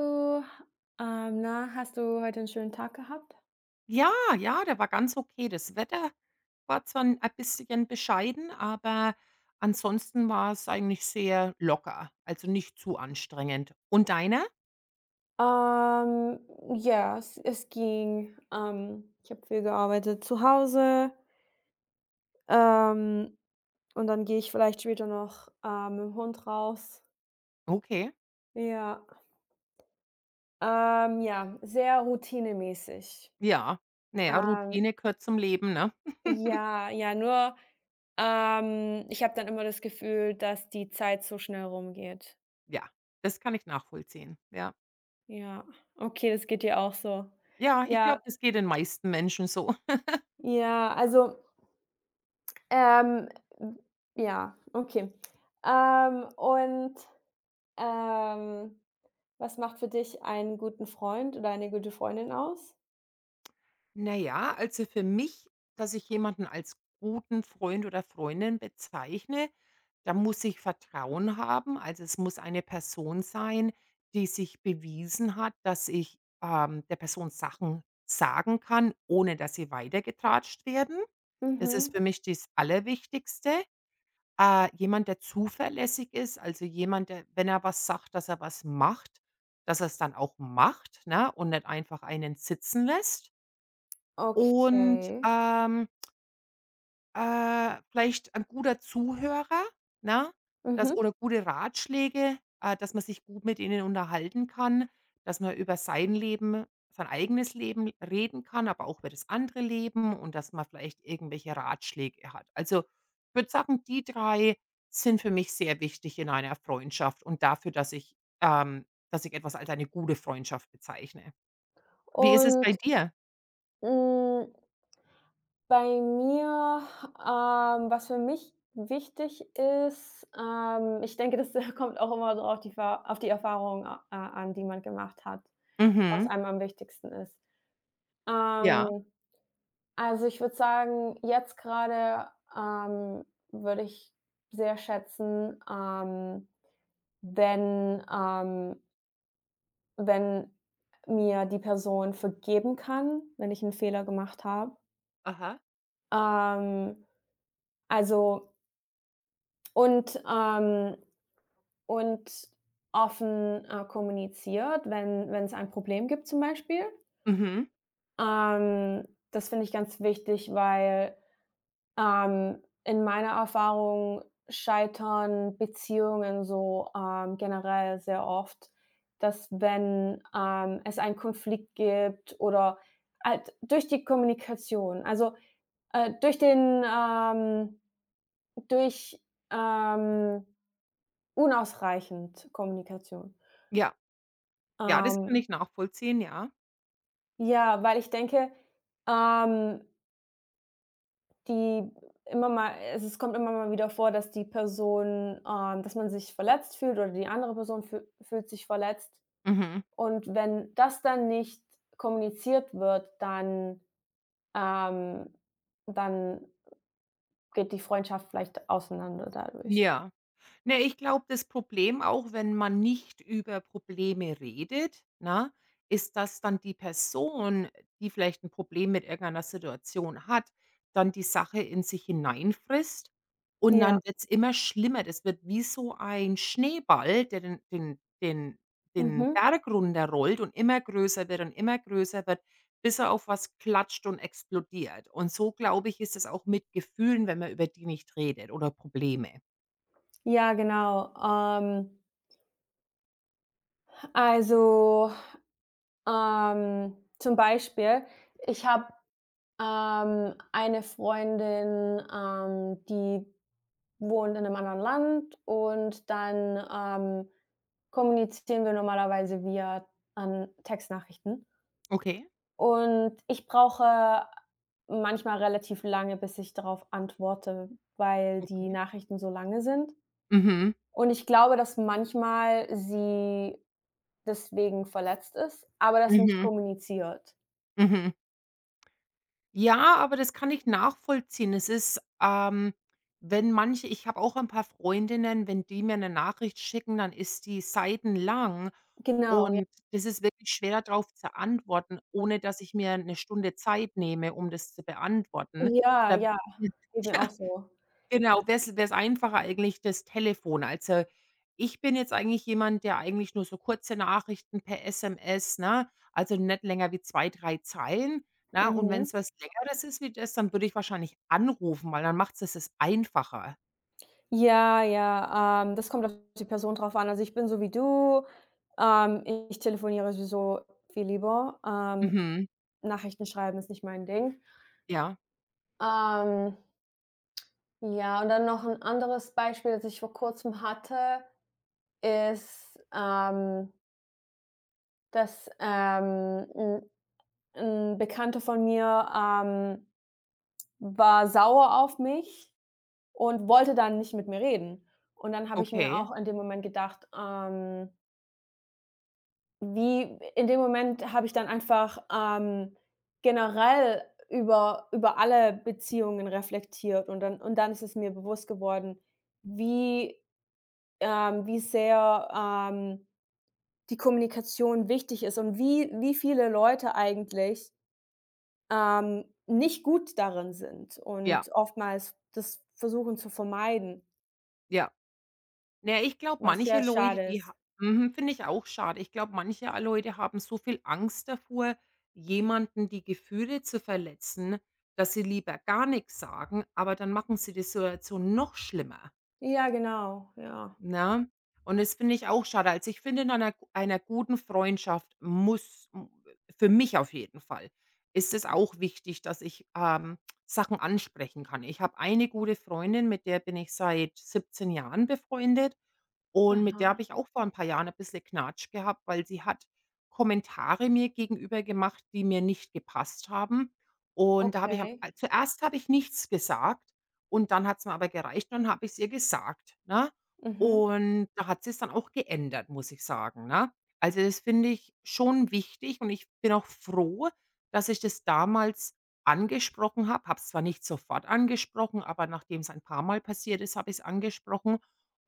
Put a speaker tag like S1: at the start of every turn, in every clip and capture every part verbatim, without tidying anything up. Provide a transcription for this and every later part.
S1: Du, ähm, na, hast du heute einen schönen Tag gehabt?
S2: Ja, ja, der war ganz okay. Das Wetter war zwar ein bisschen bescheiden, aber ansonsten war es eigentlich sehr locker, also nicht zu anstrengend. Und deiner?
S1: Ähm, ja, es es ging. Ähm, ich habe viel gearbeitet zu Hause, ähm, und dann gehe ich vielleicht später noch, ähm, mit dem Hund raus.
S2: Okay,
S1: Ja. Ähm, ja, sehr routinemäßig.
S2: ja. Naja,
S1: Ähm,
S2: Routine gehört zum Leben, ne?
S1: ja, ja, nur, ähm, ich habe dann immer das Gefühl, dass die Zeit so schnell rumgeht.
S2: Ja, das kann ich nachvollziehen. Ja.
S1: Ja. Okay, das geht dir auch so.
S2: Ja, ich
S1: Ja,
S2: glaube, das geht den meisten Menschen so.
S1: ja, also Ähm, hm, ja, okay. Ähm, und, ähm, was macht für dich einen guten Freund oder eine gute Freundin aus?
S2: Naja, also für mich, dass ich jemanden als guten Freund oder Freundin bezeichne. Da muss ich Vertrauen haben. Also, es muss eine Person sein, die sich bewiesen hat, dass ich, ähm, der Person Sachen sagen kann, ohne dass sie weitergetratscht werden. Das ist
S1: Mhm.
S2: für mich das Allerwichtigste. Äh, jemand, der zuverlässig ist, also jemand, der, wenn er was sagt, dass er was macht, dass er es dann auch macht, ne, und nicht einfach einen sitzen lässt. Und,
S1: Okay.
S2: ähm äh, vielleicht ein guter Zuhörer, ne? Das
S1: Mhm.
S2: oder gute Ratschläge, äh, dass man sich gut mit ihnen unterhalten kann, dass man über sein Leben sein eigenes Leben reden kann, aber auch über das andere Leben und dass man vielleicht irgendwelche Ratschläge hat. Also, ich würde sagen, die drei sind für mich sehr wichtig in einer Freundschaft und dafür, dass ich ähm, dass ich etwas als eine gute Freundschaft bezeichne. Wie ist es bei
S1: Und,
S2: dir?
S1: hm, bei mir, ähm, was für mich wichtig ist, ähm, ich denke, das kommt auch immer so auf die Fa auf die Erfahrung a an, die man gemacht hat, was
S2: Mhm.
S1: einem am wichtigsten ist.
S2: Ja.
S1: Ähm Also, ich würde sagen, jetzt gerade ähm, würde ich sehr schätzen, ähm, wenn ähm, wenn mir die Person vergeben kann, wenn ich einen Fehler gemacht habe.
S2: Aha.
S1: Ähm, also und ähm, und offen, äh, kommuniziert, wenn wenn es ein Problem gibt zum Beispiel.
S2: Mhm.
S1: Ähm, das finde ich ganz wichtig, weil Ähm, in meiner Erfahrung scheitern Beziehungen so, ähm, generell sehr oft, dass wenn, ähm, es einen Konflikt gibt, oder halt durch die Kommunikation, also, äh, durch den, ähm durch, ähm, unausreichend Kommunikation.
S2: Ja. Ja, das kann
S1: Ähm,
S2: ich nachvollziehen, ja.
S1: ja, weil ich denke, ähm Die immer mal es es kommt immer mal wieder vor, dass die Person ähm, dass man sich verletzt fühlt oder die andere Person fühl fühlt sich verletzt.
S2: Mhm.
S1: Und wenn das dann nicht kommuniziert wird, dann ähm, dann geht die Freundschaft vielleicht auseinander dadurch.
S2: Ja. Ne, ich glaube, das Problem auch, wenn man nicht über Probleme redet, na, ist, dass dann die Person, die vielleicht ein Problem mit irgendeiner Situation hat, dann die Sache in sich hineinfrisst und dann
S1: Ja,
S2: wird's immer schlimmer. Das wird wie so ein Schneeball, der den den den den
S1: mhm.
S2: Berg runterrollt und immer größer wird und immer größer wird, bis er auf was klatscht und explodiert. Und so, glaube ich, ist es auch mit Gefühlen, wenn man über die nicht redet oder Probleme.
S1: Ja, genau. Ähm, also, ähm, zum Beispiel, ich habe, ähm, eine Freundin, ähm, die wohnt in einem anderen Land, und dann, ähm, kommunizieren wir normalerweise via, ähm, Textnachrichten.
S2: Okay.
S1: Und ich brauche manchmal relativ lange, bis ich darauf antworte, weil die
S2: Okay.
S1: Nachrichten so lange sind.
S2: Mhm.
S1: Und ich glaube, dass manchmal sie deswegen verletzt ist, aber das nicht
S2: Mhm.
S1: kommuniziert.
S2: Mhm. Ja, aber das kann ich nachvollziehen. Es ist, ähm, wenn manche ich habe auch ein paar Freundinnen, wenn die mir eine Nachricht schicken, dann ist die seitenlang
S1: Genau, ja.
S2: und das ist wirklich schwer, darauf zu antworten, ohne dass ich mir eine Stunde Zeit nehme, um das zu beantworten.
S1: Ja,
S2: Da
S1: ja, geht mir
S2: ja.
S1: auch so.
S2: Genau, wäre es einfacher eigentlich das Telefon. Also, ich bin jetzt eigentlich jemand, der eigentlich nur so kurze Nachrichten per S M S, ne? Also, nicht länger wie zwei drei Zeilen, ne? Und wenn
S1: Mhm.
S2: es was Längeres ist wie das, dann würde ich wahrscheinlich anrufen, weil dann macht es es einfacher.
S1: Ja, ja, ähm, das kommt auf die Person drauf an. Also, ich bin so wie du, ähm, ich telefoniere sowieso viel lieber. Ähm,
S2: Mhm.
S1: Nachrichten schreiben ist nicht mein Ding.
S2: Ja,
S1: Ähm, ja, und dann noch ein anderes Beispiel, das ich vor Kurzem hatte, ist, ähm, dass, ähm, 'n 'n Bekannter von mir, ähm, war sauer auf mich und wollte dann nicht mit mir reden. Und dann habe ich mir
S2: okay.
S1: auch in dem Moment gedacht, ähm Wie in dem Moment habe ich dann einfach, ähm, generell über über alle Beziehungen reflektiert, und dann und dann ist es mir bewusst geworden, wie ähm, wie sehr, ähm, die Kommunikation wichtig ist und wie wie viele Leute eigentlich, ähm, nicht gut darin sind
S2: Ja,
S1: und oftmals das versuchen zu vermeiden,
S2: ja. Na, ich glaube,
S1: was
S2: manche
S1: sehr
S2: Leute,
S1: schade
S2: die ha
S1: ist.
S2: mhm, finde ich auch schade. Ich glaube, manche Leute haben so viel Angst davor, jemanden die Gefühle zu verletzen, dass sie lieber gar nichts sagen, aber dann machen sie die Situation noch schlimmer,
S1: Ja, genau, ja.
S2: ne? Und das finde ich auch schade. Also, ich finde, in einer gu einer guten Freundschaft muss m für mich auf jeden Fall, ist es auch wichtig, dass ich, ähm, Sachen ansprechen kann. Ich habe eine gute Freundin, mit der bin ich seit siebzehn Jahren befreundet. Und mit der habe
S1: Aha,
S2: ich auch vor ein paar Jahren ein bisschen Knatsch gehabt, weil sie hat Kommentare mir gegenüber gemacht, die mir nicht gepasst haben. Und da habe ich am
S1: okay.
S2: a zuerst habe ich nichts gesagt und dann hat's mir aber gereicht und dann habe ich's ihr gesagt, ne?
S1: Mhm.
S2: Und da hat sie's dann auch geändert, muss ich sagen, ne? Also, das finde ich schon wichtig und ich bin auch froh, dass ich das damals angesprochen habe. Habe es zwar nicht sofort angesprochen, aber nachdem's ein paarmal passiert ist, habe ich's angesprochen.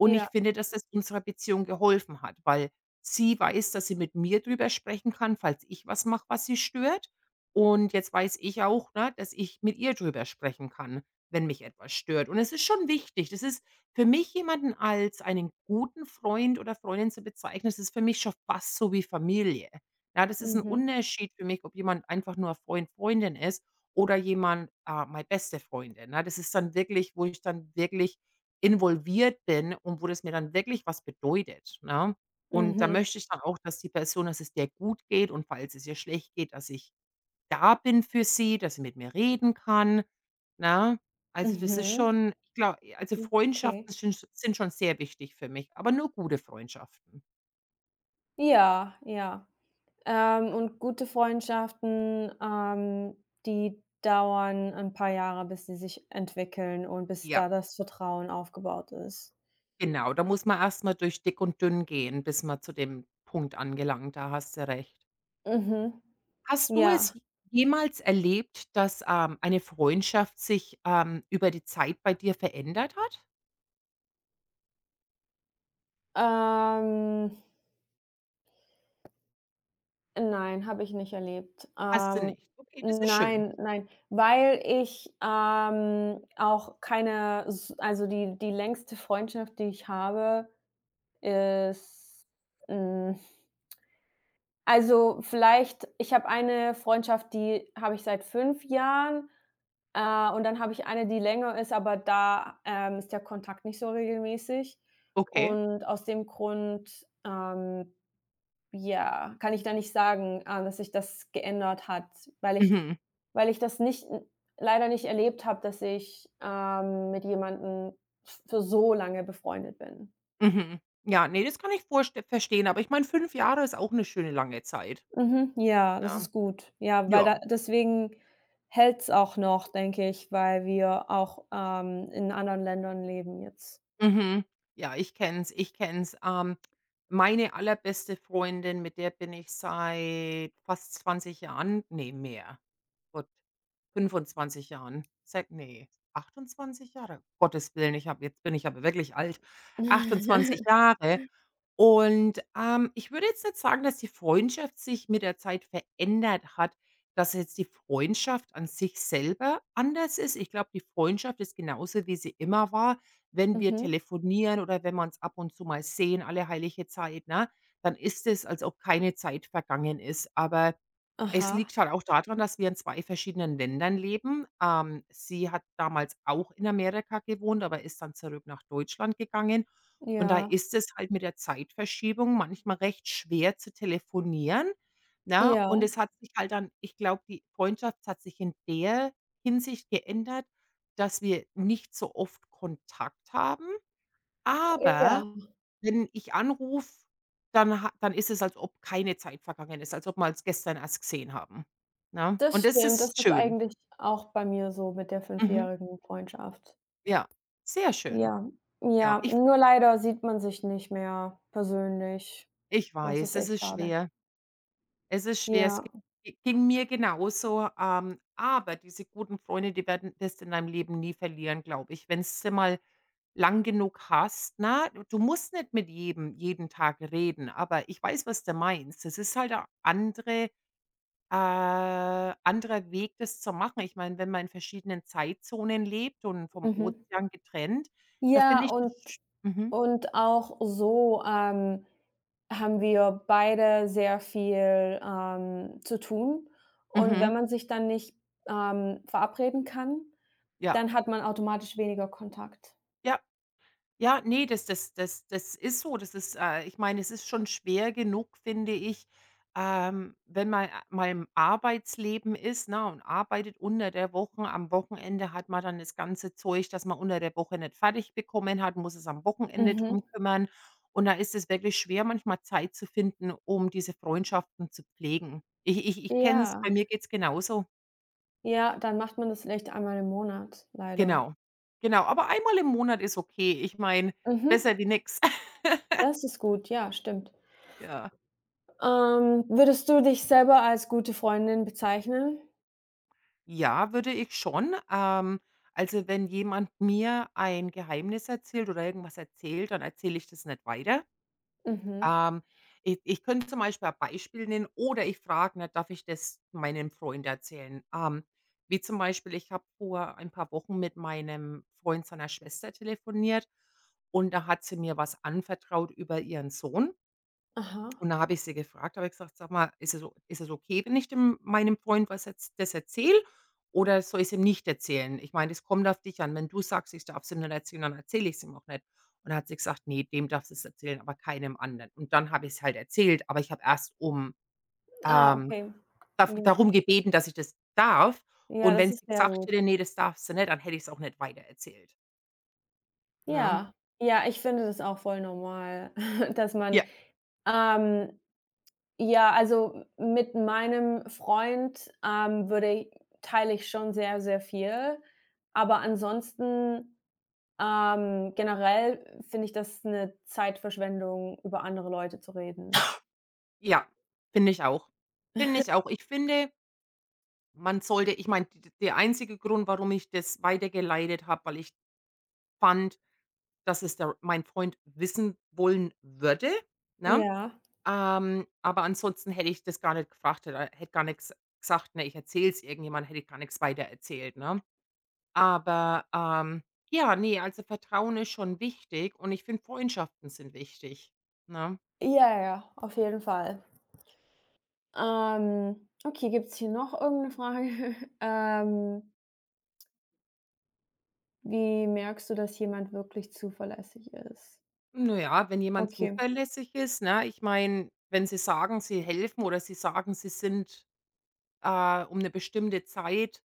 S2: Und ich
S1: Ja.
S2: finde, dass das unserer Beziehung geholfen hat, weil sie weiß, dass sie mit mir drüber sprechen kann, falls ich was mache, was sie stört. Und jetzt weiß ich auch, ne, dass ich mit ihr drüber sprechen kann, wenn mich etwas stört. Und es ist schon wichtig. Das ist für mich jemanden als einen guten Freund oder Freundin zu bezeichnen, das ist für mich schon fast so wie Familie. Ja, das ist ein
S1: Mhm.
S2: Unterschied für mich, ob jemand einfach nur Freund, Freundin ist oder jemand, ah, meine beste Freundin, ne? Das ist dann wirklich wo ich dann wirklich involviert bin und wo das mir dann wirklich was bedeutet, ne? Und da
S1: Mhm.
S2: möchte ich dann auch, dass die Person dass es der gut geht und falls es ihr schlecht geht, dass ich da bin für sie, dass sie mit mir reden kann, ne? Also, das ist
S1: Mhm,
S2: schon ich glaube, also,
S1: okay.
S2: Freundschaften sind sind schon sehr wichtig für mich, aber nur gute Freundschaften.
S1: Ja, ja. Ähm, und gute Freundschaften, ähm, die dauern ein paar Jahre, bis sie sich entwickeln und bis
S2: Ja.
S1: da das Vertrauen aufgebaut ist.
S2: Genau, da muss man erst mal durch dick und dünn gehen, bis man zu dem Punkt angelangt, da hast du recht.
S1: Mhm,
S2: Hast du
S1: ja.
S2: es jemals erlebt, dass, ähm, eine Freundschaft sich, ähm, über die Zeit bei dir verändert hat?
S1: Ähm, nein, habe ich nicht erlebt.
S2: Hast du
S1: Ähm,
S2: nicht. Okay, das ist schön.
S1: nein, nein, weil ich, ähm, auch keine s also, die die längste Freundschaft, die ich habe, ist, hm Also, vielleicht ich habe eine Freundschaft, die habe ich seit fünf Jahren, äh, und dann habe ich eine, die länger ist, aber da, ähm, ist der Kontakt nicht so regelmäßig.
S2: Okay.
S1: Und aus dem Grund, ähm, ja, kann ich da nicht sagen, ähm, dass sich das geändert hat, weil ich
S2: Mhm,
S1: weil ich das nicht leider nicht erlebt habe, dass ich, ähm, mit jemandem für so lange befreundet bin.
S2: mhm. Ja, nee, das kann ich vorste verstehen, aber ich meine, fünf Jahre ist auch eine schöne lange Zeit,
S1: Mhm, ja, das
S2: ne?
S1: ist gut. Ja, weil da
S2: Ja.
S1: deswegen hält's auch noch, denke ich, weil wir auch, ähm, in anderen Ländern leben jetzt.
S2: Mhm. Ja, ich kenne es, ich kenne es. Ähm, meine allerbeste Freundin, mit der bin ich seit fast zwanzig Jahren nee mehr. Gott. fünfundzwanzig Jahren. Seit nee, achtundzwanzig Jahre. Gottes Willen, ich habe jetzt bin ich aber wirklich alt. achtundzwanzig Jahre. Und, ähm, ich würde jetzt nicht sagen, dass die Freundschaft sich mit der Zeit verändert hat, dass jetzt die Freundschaft an sich selber anders ist. Ich glaube, die Freundschaft ist genauso, wie sie immer war. Wenn wir
S1: Mhm.
S2: telefonieren oder wenn wir uns ab und zu mal sehen, alle heilige Zeit, ne, dann ist es, als ob keine Zeit vergangen ist. Aber es
S1: Aha.
S2: liegt halt auch daran, dass wir in zwei verschiedenen Ländern leben. Ähm, sie hat damals auch in Amerika gewohnt, aber ist dann zurück nach Deutschland gegangen. Und da
S1: Ja.
S2: ist es halt mit der Zeitverschiebung manchmal recht schwer zu telefonieren, ne?
S1: Ja.
S2: Und es hat sich halt dann ich glaube, die Freundschaft hat sich in der Hinsicht geändert, dass wir nicht so oft Kontakt haben,
S1: Ja,
S2: aber wenn ich anrufe, dann ha dann ist es, als ob keine Zeit vergangen ist, als ob wir uns gestern erst gesehen haben, ne?
S1: das
S2: Und das
S1: stimmt. Das
S2: ist
S1: ist
S2: schön.
S1: eigentlich auch bei mir so mit der
S2: Mhm.
S1: fünfjährigen Freundschaft.
S2: Ja, sehr schön.
S1: Ja.
S2: Ja,
S1: Ja,
S2: ich
S1: nur leider sieht man sich nicht mehr persönlich.
S2: ich
S1: Das
S2: weiß,
S1: ist
S2: es
S1: echt
S2: ist
S1: schade.
S2: schwer. Es ist schwer. Es
S1: Ja.
S2: gi Ging mir genauso, ähm, aber diese guten Freunde, die werden das in deinem Leben nie verlieren, glaube ich, wenn's du mal lang genug hast. Na, Du du musst nicht mit jedem jeden Tag reden, aber ich weiß, was du meinst. Das ist halt eine andere Äh, anderer Weg, das zu machen. Ich meine, wenn man in verschiedenen Zeitzonen lebt und vom
S1: Mhm.
S2: Ozean getrennt, da
S1: Ja,
S2: finde ich das
S1: und
S2: sch mhm,
S1: Und auch so, ähm, haben wir beide sehr viel, ähm, zu tun. Und
S2: mhm,
S1: wenn man sich dann nicht, ähm, verabreden kann,
S2: ja,
S1: dann hat man automatisch weniger Kontakt.
S2: ja. Ja, nee, das das das das ist so. Das ist äh, ich meine, es ist schon schwer genug, finde ich, ähm, wenn man a mal im Arbeitsleben ist, ne, und arbeitet unter der Woche. Am Wochenende hat man dann das ganze Zeug, das man unter der Woche nicht fertig bekommen hat, muss es am Wochenende drum
S1: Mhm.
S2: kümmern. Und da ist es wirklich schwer, manchmal Zeit zu finden, um diese Freundschaften zu pflegen. Ich ich ich kenne es,
S1: Ja,
S2: bei mir geht's genauso.
S1: ja, dann macht man das vielleicht einmal im Monat, leider.
S2: Genau. Genau, aber einmal im Monat ist okay. Ich meine,
S1: Mhm.
S2: besser wie nix.
S1: Das ist gut, ja, stimmt.
S2: Ja.
S1: Ähm, würdest du dich selber als gute Freundin bezeichnen?
S2: Ja, würde ich schon. Ähm, also, wenn jemand mir ein Geheimnis erzählt oder irgendwas erzählt, dann erzähle ich das nicht weiter.
S1: Mhm.
S2: Ähm, ich ich könnte zum Beispiel ein Beispiel nennen oder ich frage, ne, darf ich das meinem Freund erzählen? Ähm, wie zum Beispiel, ich habe vor ein paar Wochen mit meinem Freund seiner Schwester telefoniert und da hat sie mir was anvertraut über ihren Sohn.
S1: Aha.
S2: Und da habe ich sie gefragt, habe ich gesagt: „Sag mal, ist es o ist es okay, wenn ich dem meinem Freund was jetzt das erzähle oder soll ich es ihm nicht erzählen? Ich meine, das kommt auf dich an. Wenn du sagst, ich darf es ihm nicht erzählen, dann erzähle ich es ihm auch nicht.“ Und dann hat sie gesagt: „Nee, dem darfst du es erzählen, aber keinem anderen.“ Und dann habe ich es halt erzählt, aber ich habe erst um
S1: Ah,
S2: ähm,
S1: okay.
S2: daf
S1: Ja.
S2: darum gebeten, dass ich das darf.
S1: Ja,
S2: Und
S1: das
S2: wenn
S1: ist
S2: sie
S1: sehr
S2: gesagt
S1: gut.
S2: hätte: „Nee, das darfst du nicht“, dann hätte ich es auch nicht weitererzählt, ne?
S1: Ja, ja, ich finde das auch voll normal, dass man
S2: Ja,
S1: ähm, ja, also mit meinem Freund, ähm, würde i teile ich schon sehr, sehr viel. Aber ansonsten, ähm, generell finde ich das eine Zeitverschwendung, über andere Leute zu reden.
S2: ja, finde ich auch. Finde ich auch. Ich finde Man sollte ich meine, der einzige Grund, warum ich das weitergeleitet habe, weil ich fand, dass es der mein Freund wissen wollen würde, ne?
S1: Ja,
S2: Ähm, aber ansonsten hätte ich das gar nicht gefragt oder hätte gar nichts gesagt, ne, ich erzähle es irgendjemandem, hätte ich gar nichts weiter erzählt, ne? Aber, ähm, ja, ne, also Vertrauen ist schon wichtig und ich finde, Freundschaften sind wichtig, ne?
S1: ja, ja, auf jeden Fall. Ähm, okay, gibt's hier noch irgendeine Frage? Ähm, Wie merkst du, dass jemand wirklich zuverlässig ist?
S2: Naja, wenn jemand
S1: Okay.
S2: zuverlässig ist, ne? Ich meine, wenn sie sagen, sie helfen oder sie sagen, sie sind äh, um eine bestimmte Zeit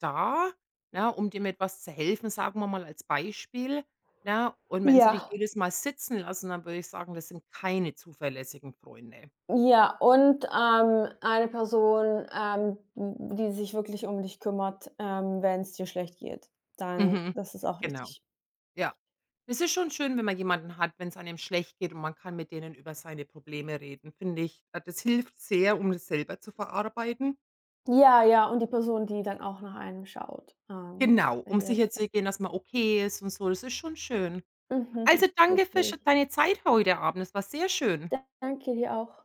S2: da, ne, um dir etwas zu helfen, sagen wir mal als Beispiel, ne? Und wenn sie
S1: Ja,
S2: dich jedes Mal sitzen lassen, dann würde ich sagen, das sind keine zuverlässigen Freunde.
S1: ja, und, ähm, eine Person, ähm, w die sich wirklich um dich kümmert, ähm, wenn es dir schlecht geht. Dann,
S2: Mhm.
S1: das ist auch
S2: Genau,
S1: wichtig.
S2: ja. Es ist schon schön, wenn man jemanden hat, wenn es einem schlecht geht und man kann mit denen über seine Probleme reden, finde ich. Äh, das hilft sehr, um das selber zu verarbeiten.
S1: Ja, ja, und die Person, die dann auch nach einem schaut, ähm,
S2: Genau, um
S1: wenn dir das fällt.
S2: sicherzugehen, dass man okay ist und so. Das ist schon schön.
S1: Mhm,
S2: Also, danke für sch
S1: richtig.
S2: deine Zeit heute Abend. Es war sehr schön.
S1: Danke dir auch.